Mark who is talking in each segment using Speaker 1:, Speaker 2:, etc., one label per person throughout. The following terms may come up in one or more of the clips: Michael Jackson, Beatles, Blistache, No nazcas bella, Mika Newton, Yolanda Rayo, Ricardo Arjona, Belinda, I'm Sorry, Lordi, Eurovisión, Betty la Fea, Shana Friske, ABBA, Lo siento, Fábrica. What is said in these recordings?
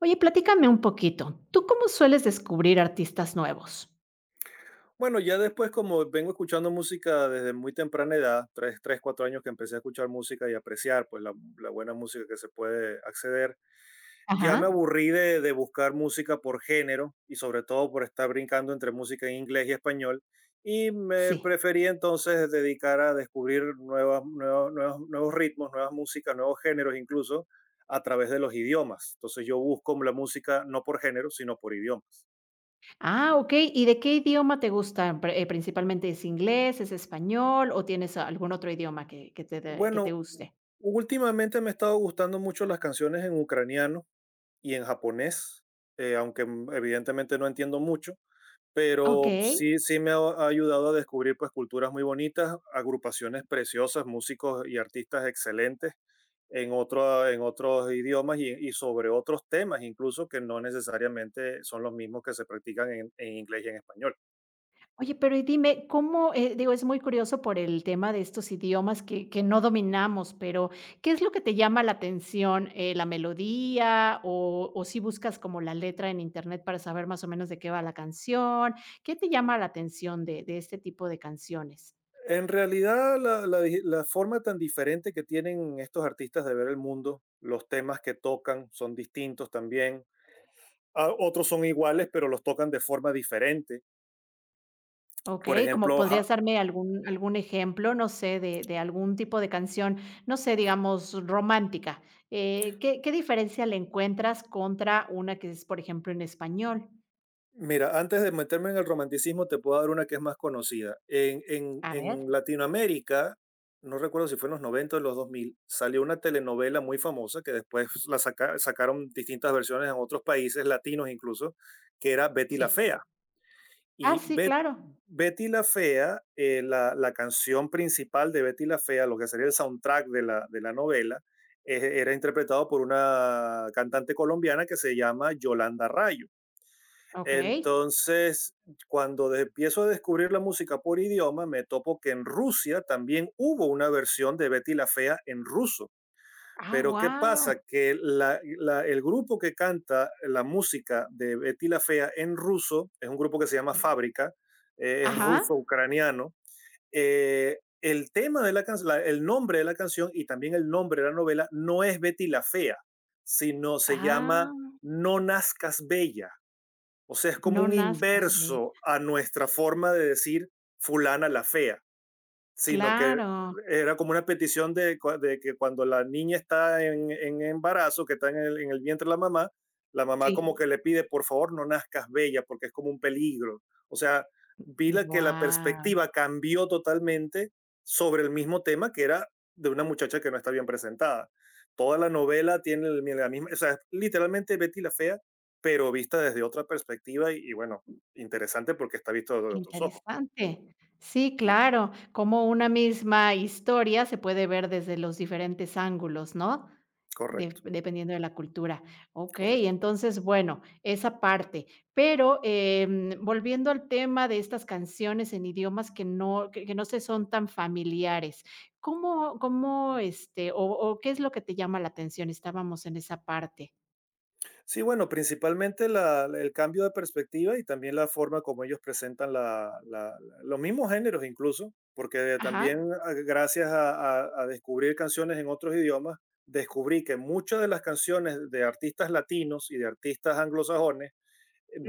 Speaker 1: Oye, platícame un poquito. ¿Tú cómo sueles descubrir artistas nuevos?
Speaker 2: Bueno, ya después como vengo escuchando música desde muy temprana edad, 4 años que empecé a escuchar música y apreciar pues la buena música que se puede acceder, ya me
Speaker 1: Ajá,
Speaker 2: aburrí de buscar música por género y sobre todo por estar brincando entre música en inglés y español y me
Speaker 1: sí.
Speaker 2: preferí entonces dedicar a descubrir nuevos ritmos, nuevas músicas, nuevos géneros incluso a través de los idiomas. Entonces yo busco la música no por género, sino por idioma.
Speaker 1: Ah, okey, ¿y de qué idioma te gusta? Pre ¿principalmente es inglés, es español o tienes algún otro idioma que te de que te
Speaker 2: Bueno,
Speaker 1: guste?
Speaker 2: últimamente me ha estado gustando mucho las canciones en ucraniano y en japonés, aunque evidentemente no entiendo mucho, pero
Speaker 1: Okey.
Speaker 2: sí, sí me ha, ayudado a descubrir pues culturas muy bonitas, agrupaciones preciosas, músicos y artistas excelentes en otros idiomas y sobre otros temas incluso que no necesariamente son los mismos que se practican en inglés y en español.
Speaker 1: Oye, pero y dime, ¿cómo? Digo, es muy curioso por el tema de estos idiomas que no dominamos, pero ¿qué es lo que te llama la atención? ¿La melodía? ¿O si buscas como la letra en internet para saber más o menos de qué va la canción? ¿Qué te llama la atención de este tipo de canciones?
Speaker 2: En realidad, la forma tan diferente que tienen estos artistas de ver el mundo, los temas que tocan son distintos también. Otros son iguales, pero los tocan de forma diferente.
Speaker 1: Ok,
Speaker 2: Por
Speaker 1: como
Speaker 2: ejemplo,
Speaker 1: ¿podrías darme algún ejemplo? No sé, de algún tipo de canción, no sé, digamos, romántica. ¿Qué diferencia le encuentras contra una que es, por ejemplo, en español?
Speaker 2: mira, antes de meterme en el romanticismo, te puedo dar una que es más conocida. En, en-
Speaker 1: A ver.
Speaker 2: en Latinoamérica, no recuerdo si fue en los 90 o en los 2000, salió una telenovela muy famosa que después la sacaron distintas versiones en otros países latinos incluso, que era Betty
Speaker 1: Sí.
Speaker 2: la Fea.
Speaker 1: Ah,
Speaker 2: Y
Speaker 1: sí,
Speaker 2: Bet-
Speaker 1: claro.
Speaker 2: Betty la Fea, la canción principal de Betty la Fea, lo que sería el soundtrack de la novela, era interpretado por una cantante colombiana que se llama Yolanda Rayo.
Speaker 1: Okey.
Speaker 2: Entonces, cuando empiezo a descubrir la música por idioma, me topo que en Rusia también hubo una versión de Betty la Fea en ruso.
Speaker 1: Ah,
Speaker 2: Pero ¿qué pasa?
Speaker 1: wow.
Speaker 2: Que el grupo que canta la música de Betty la Fea en ruso, es un grupo que se llama
Speaker 1: Sí.
Speaker 2: Fábrica, es
Speaker 1: Ajá.
Speaker 2: ruso-ucraniano. El tema de la canción, el nombre de la canción y también el nombre de la novela no es Betty la Fea, sino se llama
Speaker 1: Ah,
Speaker 2: No nazcas bella. O sea, es como
Speaker 1: no
Speaker 2: un
Speaker 1: nazcas bella.
Speaker 2: inverso a nuestra forma de decir fulana la fea. Sino que
Speaker 1: Claro.
Speaker 2: era como una petición de que cuando la niña está en embarazo, que está en el vientre de la mamá como que
Speaker 1: Sí.
Speaker 2: le pide, por favor, no nazcas bella porque es como un peligro. O sea, que la
Speaker 1: Wow.
Speaker 2: perspectiva cambió totalmente sobre el mismo tema que era de una muchacha que no está bien presentada. Toda la novela tiene la misma, o sea, literalmente Betty la Fea, pero vista desde otra perspectiva y bueno, interesante porque está visto de otros ojos.
Speaker 1: Interesante. Sí,
Speaker 2: Sí,
Speaker 1: claro, como una misma historia se puede ver desde los diferentes ángulos, ¿no? De
Speaker 2: correcto,
Speaker 1: dependiendo de la cultura. Okey,
Speaker 2: correcto.
Speaker 1: entonces, bueno, esa parte. Pero, volviendo al tema de estas canciones en idiomas que no se son tan familiares, ¿este, o qué es lo que te llama la atención? Estábamos en esa parte.
Speaker 2: Sí, bueno, principalmente el cambio de perspectiva y también la forma como ellos presentan los mismos géneros incluso, porque
Speaker 1: Ajá.
Speaker 2: también gracias a, a descubrir canciones en otros idiomas, descubrí que muchas de las canciones de artistas latinos y de artistas anglosajones,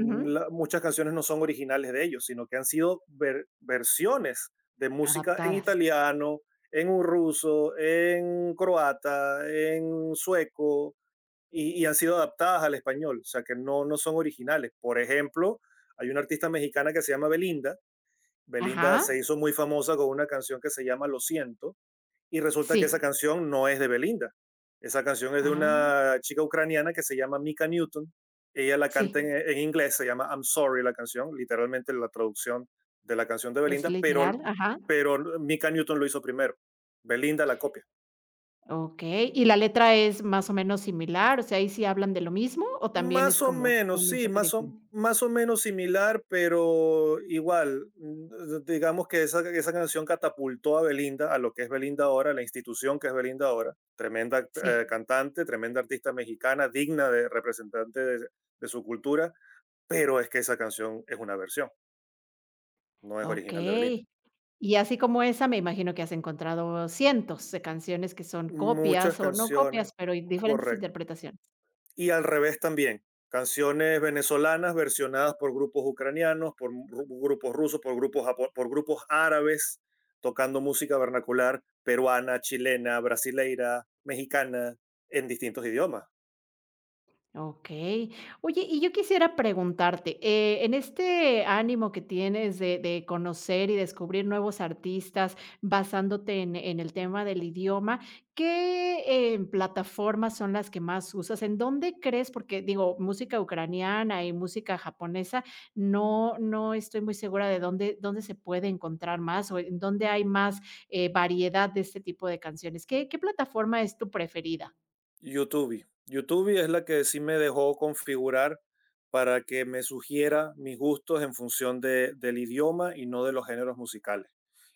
Speaker 1: Ujú.
Speaker 2: muchas canciones no son originales de ellos, sino que han sido versiones de música en
Speaker 1: Adaptadas.
Speaker 2: italiano, en un ruso, en croata, en sueco y han sido adaptadas al español, o sea que no, no son originales. Por ejemplo, hay una artista mexicana que se llama Belinda. Belinda
Speaker 1: Ajá.
Speaker 2: se hizo muy famosa con una canción que se llama Lo siento y resulta
Speaker 1: Sí.
Speaker 2: que esa canción no es de Belinda. Esa canción es de
Speaker 1: Ah,
Speaker 2: una chica ucraniana que se llama Mika Newton. Ella la canta en,
Speaker 1: sí.
Speaker 2: en inglés, se llama I'm Sorry la canción, literalmente la traducción de la canción de
Speaker 1: Es
Speaker 2: Belinda, pero,
Speaker 1: literal, ajá,
Speaker 2: pero Mika Newton lo hizo primero. Belinda la copia.
Speaker 1: okey, ¿y la letra es más o menos similar? O sea, ¿ahí sí hablan de lo mismo o también
Speaker 2: Más
Speaker 1: es
Speaker 2: o
Speaker 1: como
Speaker 2: menos,
Speaker 1: un
Speaker 2: sí,
Speaker 1: enfoque
Speaker 2: más o,
Speaker 1: diferente?
Speaker 2: más o menos similar, pero igual, digamos que esa canción catapultó a Belinda, a lo que es Belinda ahora, a la institución que es Belinda ahora. Tremenda
Speaker 1: Sí,
Speaker 2: cantante, tremenda artista mexicana, digna de representante de su cultura, pero es que esa canción es una versión, no es original de Belinda.
Speaker 1: okey. Y así como esa, me imagino que has encontrado cientos de canciones que son
Speaker 2: Muchas
Speaker 1: copias o no
Speaker 2: canciones,
Speaker 1: copias, pero diferentes
Speaker 2: correcto.
Speaker 1: interpretaciones.
Speaker 2: Y al revés también. Canciones venezolanas versionadas por grupos ucranianos, por grupos rusos, por grupos árabes, tocando música vernacular peruana, chilena, brasileira, mexicana, en distintos idiomas.
Speaker 1: Okey. Oye, y yo quisiera preguntarte, en este ánimo que tienes de conocer y descubrir nuevos artistas basándote en el tema del idioma, ¿qué, plataformas son las que más usas? ¿En dónde crees? Porque, digo, música ucraniana y música japonesa, no estoy muy segura de dónde se puede encontrar más, o en dónde hay más, variedad de este tipo de canciones. ¿Qué plataforma es tu preferida?
Speaker 2: YouTube. YouTube es la que sí me dejó configurar para que me sugiera mis gustos en función del idioma y no de los géneros musicales.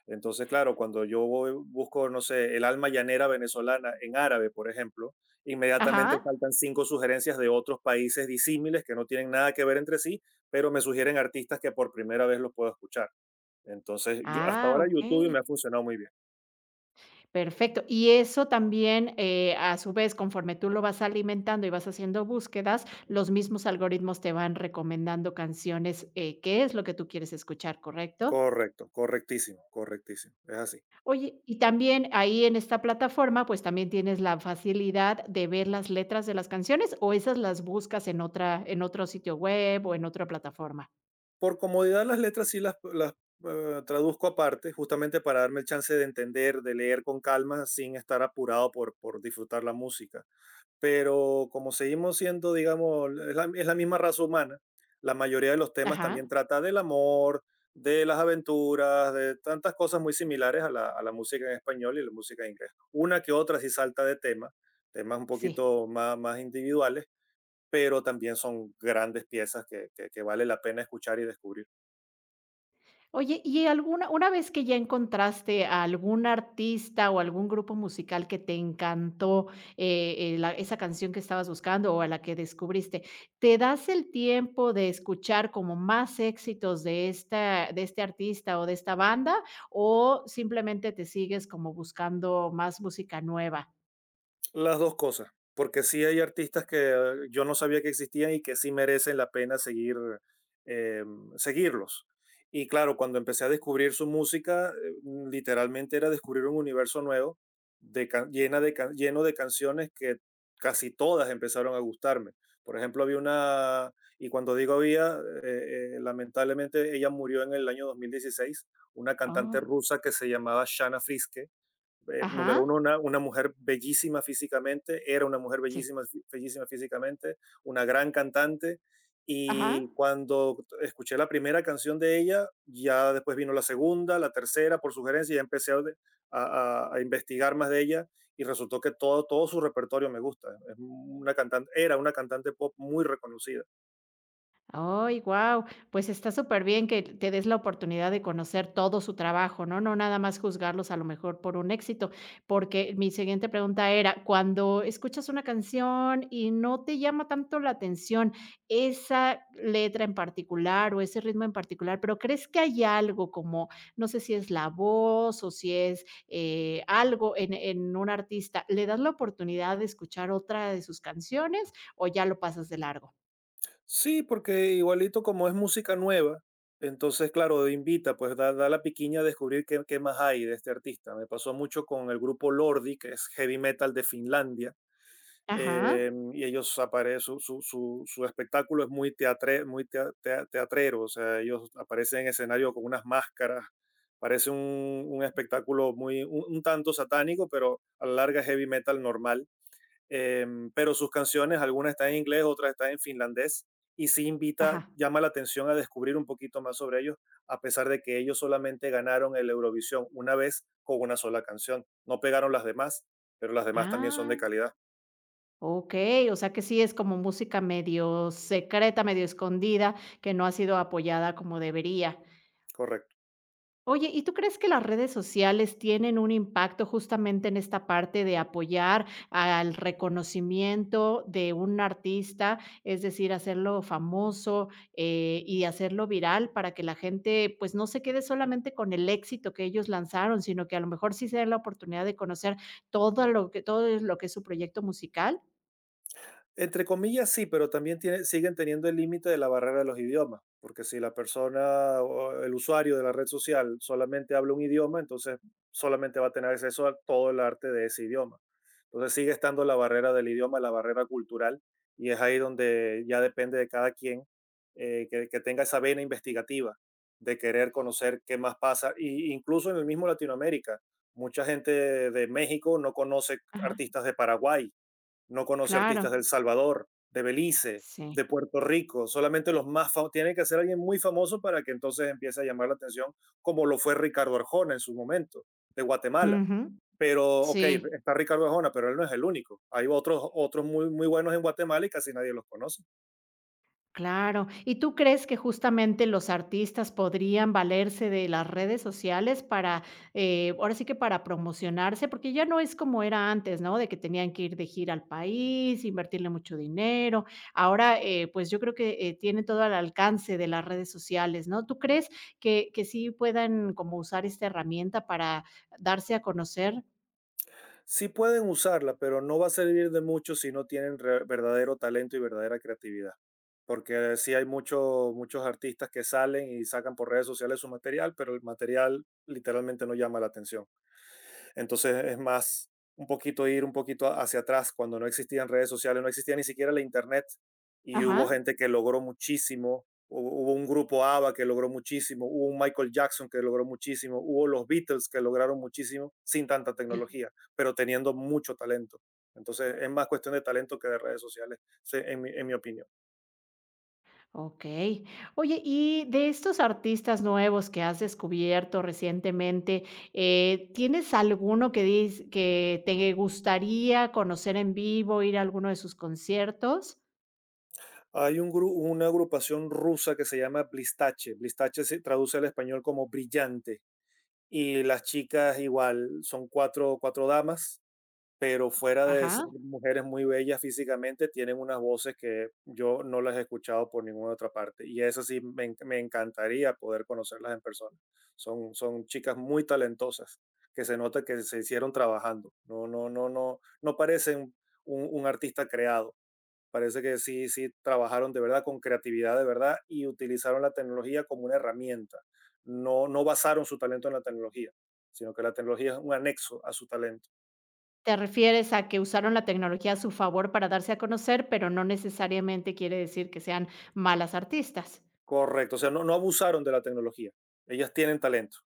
Speaker 2: Entonces, claro, cuando yo busco, no sé, el alma llanera venezolana en árabe, por ejemplo, inmediatamente
Speaker 1: Ajá.
Speaker 2: saltan cinco sugerencias de otros países disímiles que no tienen nada que ver entre sí, pero me sugieren artistas que por primera vez los puedo escuchar. Entonces, yo, hasta
Speaker 1: Ah,
Speaker 2: ahora YouTube me ha
Speaker 1: okey.
Speaker 2: funcionado muy bien.
Speaker 1: Perfecto. Y eso también, a su vez, conforme tú lo vas alimentando y vas haciendo búsquedas, los mismos algoritmos te van recomendando canciones, que es lo que tú quieres escuchar, ¿correcto?
Speaker 2: Correcto, correctísimo, correctísimo. Es así.
Speaker 1: Oye, y también ahí en esta plataforma, pues también tienes la facilidad de ver las letras de las canciones o esas las buscas en otra en otro sitio web o en otra plataforma.
Speaker 2: Por comodidad las letras sí las, traduzco aparte, justamente para darme el chance de entender, de leer con calma, sin estar apurado por disfrutar la música. Pero como seguimos siendo, digamos, es la misma raza humana, la mayoría de los temas también
Speaker 1: Ajá,
Speaker 2: trata del amor, de las aventuras, de tantas cosas muy similares a la música en español y la música en inglés. Una que otra sí salta de tema, temas un
Speaker 1: sí.
Speaker 2: poquito más individuales, pero también son grandes piezas que vale la pena escuchar y descubrir.
Speaker 1: Oye, y alguna una vez que ya encontraste a algún artista o algún grupo musical que te encantó, la esa canción que estabas buscando o a la que descubriste, ¿te das el tiempo de escuchar como más éxitos de esta de este artista o de esta banda, o simplemente te sigues como buscando más música nueva?
Speaker 2: Las 2 cosas, porque sí hay artistas que yo no sabía que existían y que sí merecen la pena seguir, seguirlos. Y claro, cuando empecé a descubrir su música, literalmente era descubrir un universo nuevo de can- llena de can- lleno de canciones que casi todas empezaron a gustarme. Por ejemplo, había una, y cuando digo había, lamentablemente ella murió en el año 2016, una cantante
Speaker 1: Oh,
Speaker 2: rusa que se llamaba Shana Friske, número
Speaker 1: ajá,
Speaker 2: uno, una mujer bellísima físicamente, era una mujer
Speaker 1: sí,
Speaker 2: bellísima, bellísima físicamente, una gran cantante.
Speaker 1: ajá.
Speaker 2: Y cuando escuché la primera canción de ella, ya después vino la segunda, la tercera, por sugerencia, ya empecé a investigar más de ella y resultó que todo su repertorio me gusta. Es una cantante, era una cantante pop muy reconocida.
Speaker 1: Ay, guau. Pues está súper bien que te des la oportunidad de conocer todo su trabajo, ¿no? No nada más juzgarlos a lo mejor por un éxito, porque mi siguiente pregunta era, cuando escuchas una canción y no te llama tanto la atención esa letra en particular o ese ritmo en particular, pero crees que hay algo como, no sé si es la voz o si es algo en un artista, ¿le das la oportunidad de escuchar otra de sus canciones o ya lo pasas de largo?
Speaker 2: Sí, porque igualito como es música nueva, entonces claro, invita, pues da la piquiña a descubrir qué más hay de este artista. Me pasó mucho con el grupo Lordi, que es heavy metal de Finlandia,
Speaker 1: Ajá.
Speaker 2: y ellos aparecen, su espectáculo es muy teatrero, o sea, ellos aparecen en escenario con unas máscaras, parece un espectáculo un tanto satánico, pero a la larga es heavy metal normal, eh, pero sus canciones, algunas están en inglés, otras están en finlandés, y sí invita,
Speaker 1: Ajá.
Speaker 2: llama la atención a descubrir un poquito más sobre ellos, a pesar de que ellos solamente ganaron el Eurovisión una vez con una sola canción, no pegaron las demás, pero las demás también son de
Speaker 1: Ah,
Speaker 2: calidad,
Speaker 1: okey, o sea, que sí es como música medio secreta, medio escondida, que no ha sido apoyada como debería.
Speaker 2: correcto.
Speaker 1: Oye, ¿y tú crees que las redes sociales tienen un impacto justamente en esta parte de apoyar al reconocimiento de un artista? Es decir, hacerlo famoso, y hacerlo viral para que la gente, pues, no se quede solamente con el éxito que ellos lanzaron, sino que a lo mejor sí se dé la oportunidad de conocer todo lo que es su proyecto musical.
Speaker 2: Entre comillas, sí, pero también tiene, siguen teniendo el límite de la barrera de los idiomas, porque si la persona o el usuario de la red social solamente habla un idioma, entonces solamente va a tener acceso a todo el arte de ese idioma. Entonces sigue estando la barrera del idioma, la barrera cultural, y es ahí donde ya depende de cada quien, que tenga esa vena investigativa de querer conocer qué más pasa. Y incluso en el mismo Latinoamérica, mucha gente de México no conoce
Speaker 1: Ajá,
Speaker 2: artistas de Paraguay, no conoce artistas del
Speaker 1: claro,
Speaker 2: Salvador, de Belice,
Speaker 1: sí.
Speaker 2: de Puerto Rico, solamente los más famosos, tiene que ser alguien muy famoso para que entonces empiece a llamar la atención, como lo fue Ricardo Arjona en su momento, de Guatemala.
Speaker 1: Ujú,
Speaker 2: Pero, ok,
Speaker 1: sí.
Speaker 2: está Ricardo Arjona, pero él no es el único. Hay otros muy, muy buenos en Guatemala y casi nadie los conoce.
Speaker 1: Claro. ¿Y tú crees que justamente los artistas podrían valerse de las redes sociales para, ahora sí que para promocionarse? Porque ya no es como era antes, ¿no? De que tenían que ir de gira al país, invertirle mucho dinero. Ahora, pues yo creo que tiene todo al alcance de las redes sociales, ¿no? ¿Tú crees que sí puedan como usar esta herramienta para darse a conocer?
Speaker 2: Sí pueden usarla, pero no va a servir de mucho si no tienen verdadero talento y verdadera creatividad. Porque sí hay muchos muchos artistas que salen y sacan por redes sociales su material, pero el material literalmente no llama la atención. Entonces es más un poquito ir un poquito hacia atrás, cuando no existían redes sociales, no existía ni siquiera la internet y hubo
Speaker 1: Ajá.
Speaker 2: gente que logró muchísimo, hubo un grupo ABBA que logró muchísimo, hubo un Michael Jackson que logró muchísimo, hubo los Beatles que lograron muchísimo sin tanta
Speaker 1: Sí.
Speaker 2: tecnología, pero teniendo mucho talento. Entonces es más cuestión de talento que de redes sociales, en mi opinión.
Speaker 1: Okey. Oye, y de estos artistas nuevos que has descubierto recientemente, ¿tienes alguno que te gustaría conocer en vivo, ir a alguno de sus conciertos?
Speaker 2: Hay una agrupación rusa que se llama Blistache. Blistache se traduce al español como brillante y las chicas igual, son cuatro damas, pero fuera de ser
Speaker 1: Ajá.
Speaker 2: mujeres muy bellas físicamente, tienen unas voces que yo no las he escuchado por ninguna otra parte. Y eso sí, me encantaría poder conocerlas en persona. Son chicas muy talentosas, que se nota que se hicieron trabajando. No, no, no, no, no parecen un artista creado. Parece que sí, sí trabajaron de verdad con creatividad de verdad y utilizaron la tecnología como una herramienta. No, no basaron su talento en la tecnología, sino que la tecnología es un anexo a su talento.
Speaker 1: ¿Te refieres a que usaron la tecnología a su favor para darse a conocer, pero no necesariamente quiere decir que sean malas artistas?
Speaker 2: Correcto, o sea, no, no abusaron de la tecnología. Ellas tienen talento.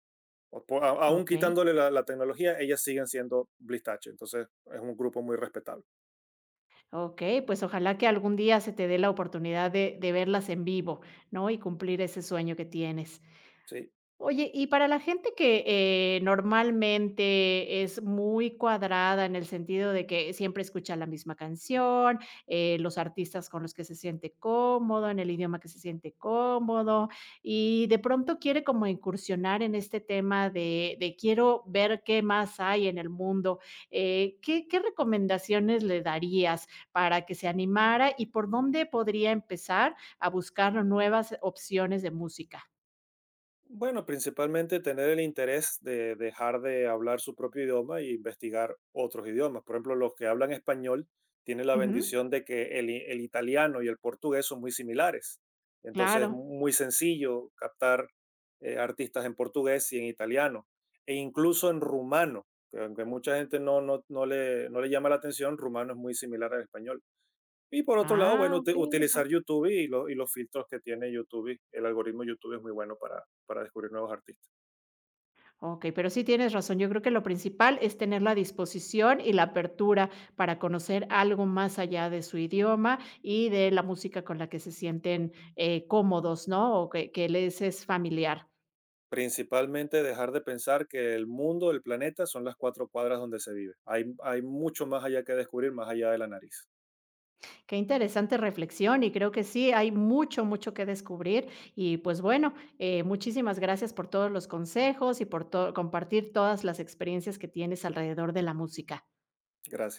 Speaker 2: Aún
Speaker 1: Okey,
Speaker 2: quitándole la tecnología, ellas siguen siendo Blistache. Entonces, es un grupo muy respetable.
Speaker 1: okey, pues ojalá que algún día se te dé la oportunidad de verlas en vivo, ¿no? Y cumplir ese sueño que tienes.
Speaker 2: Sí.
Speaker 1: Oye, y para la gente que, normalmente es muy cuadrada en el sentido de que siempre escucha la misma canción, los artistas con los que se siente cómodo, en el idioma que se siente cómodo, y de pronto quiere como incursionar en este tema de quiero ver qué más hay en el mundo, ¿Qué qué recomendaciones le darías para que se animara y por dónde podría empezar a buscar nuevas opciones de música?
Speaker 2: Bueno, principalmente tener el interés de dejar de hablar su propio idioma e investigar otros idiomas. Por ejemplo, los que hablan español tienen la
Speaker 1: Ujú.
Speaker 2: bendición de que el italiano y el portugués son muy similares. Entonces es
Speaker 1: Claro.
Speaker 2: muy sencillo captar, artistas en portugués y en italiano, e incluso en rumano, que aunque mucha gente no le llama la atención, rumano es muy similar al español. Y por otro lado,
Speaker 1: Ah,
Speaker 2: bueno,
Speaker 1: okey, no sabía.
Speaker 2: utilizar YouTube y los filtros que tiene YouTube. El algoritmo YouTube es muy bueno para descubrir nuevos artistas.
Speaker 1: Okey, pero sí tienes razón. Yo creo que lo principal es tener la disposición y la apertura para conocer algo más allá de su idioma y de la música con la que se sienten, cómodos, ¿no? O que les es familiar.
Speaker 2: Principalmente dejar de pensar que el mundo, el planeta, son las cuatro cuadras donde se vive. Hay mucho más allá que descubrir, más allá de la nariz.
Speaker 1: Qué interesante reflexión, y creo que sí, hay mucho, mucho que descubrir. Y, pues, bueno, muchísimas gracias por todos los consejos y por to compartir todas las experiencias que tienes alrededor de la música.
Speaker 2: Gracias.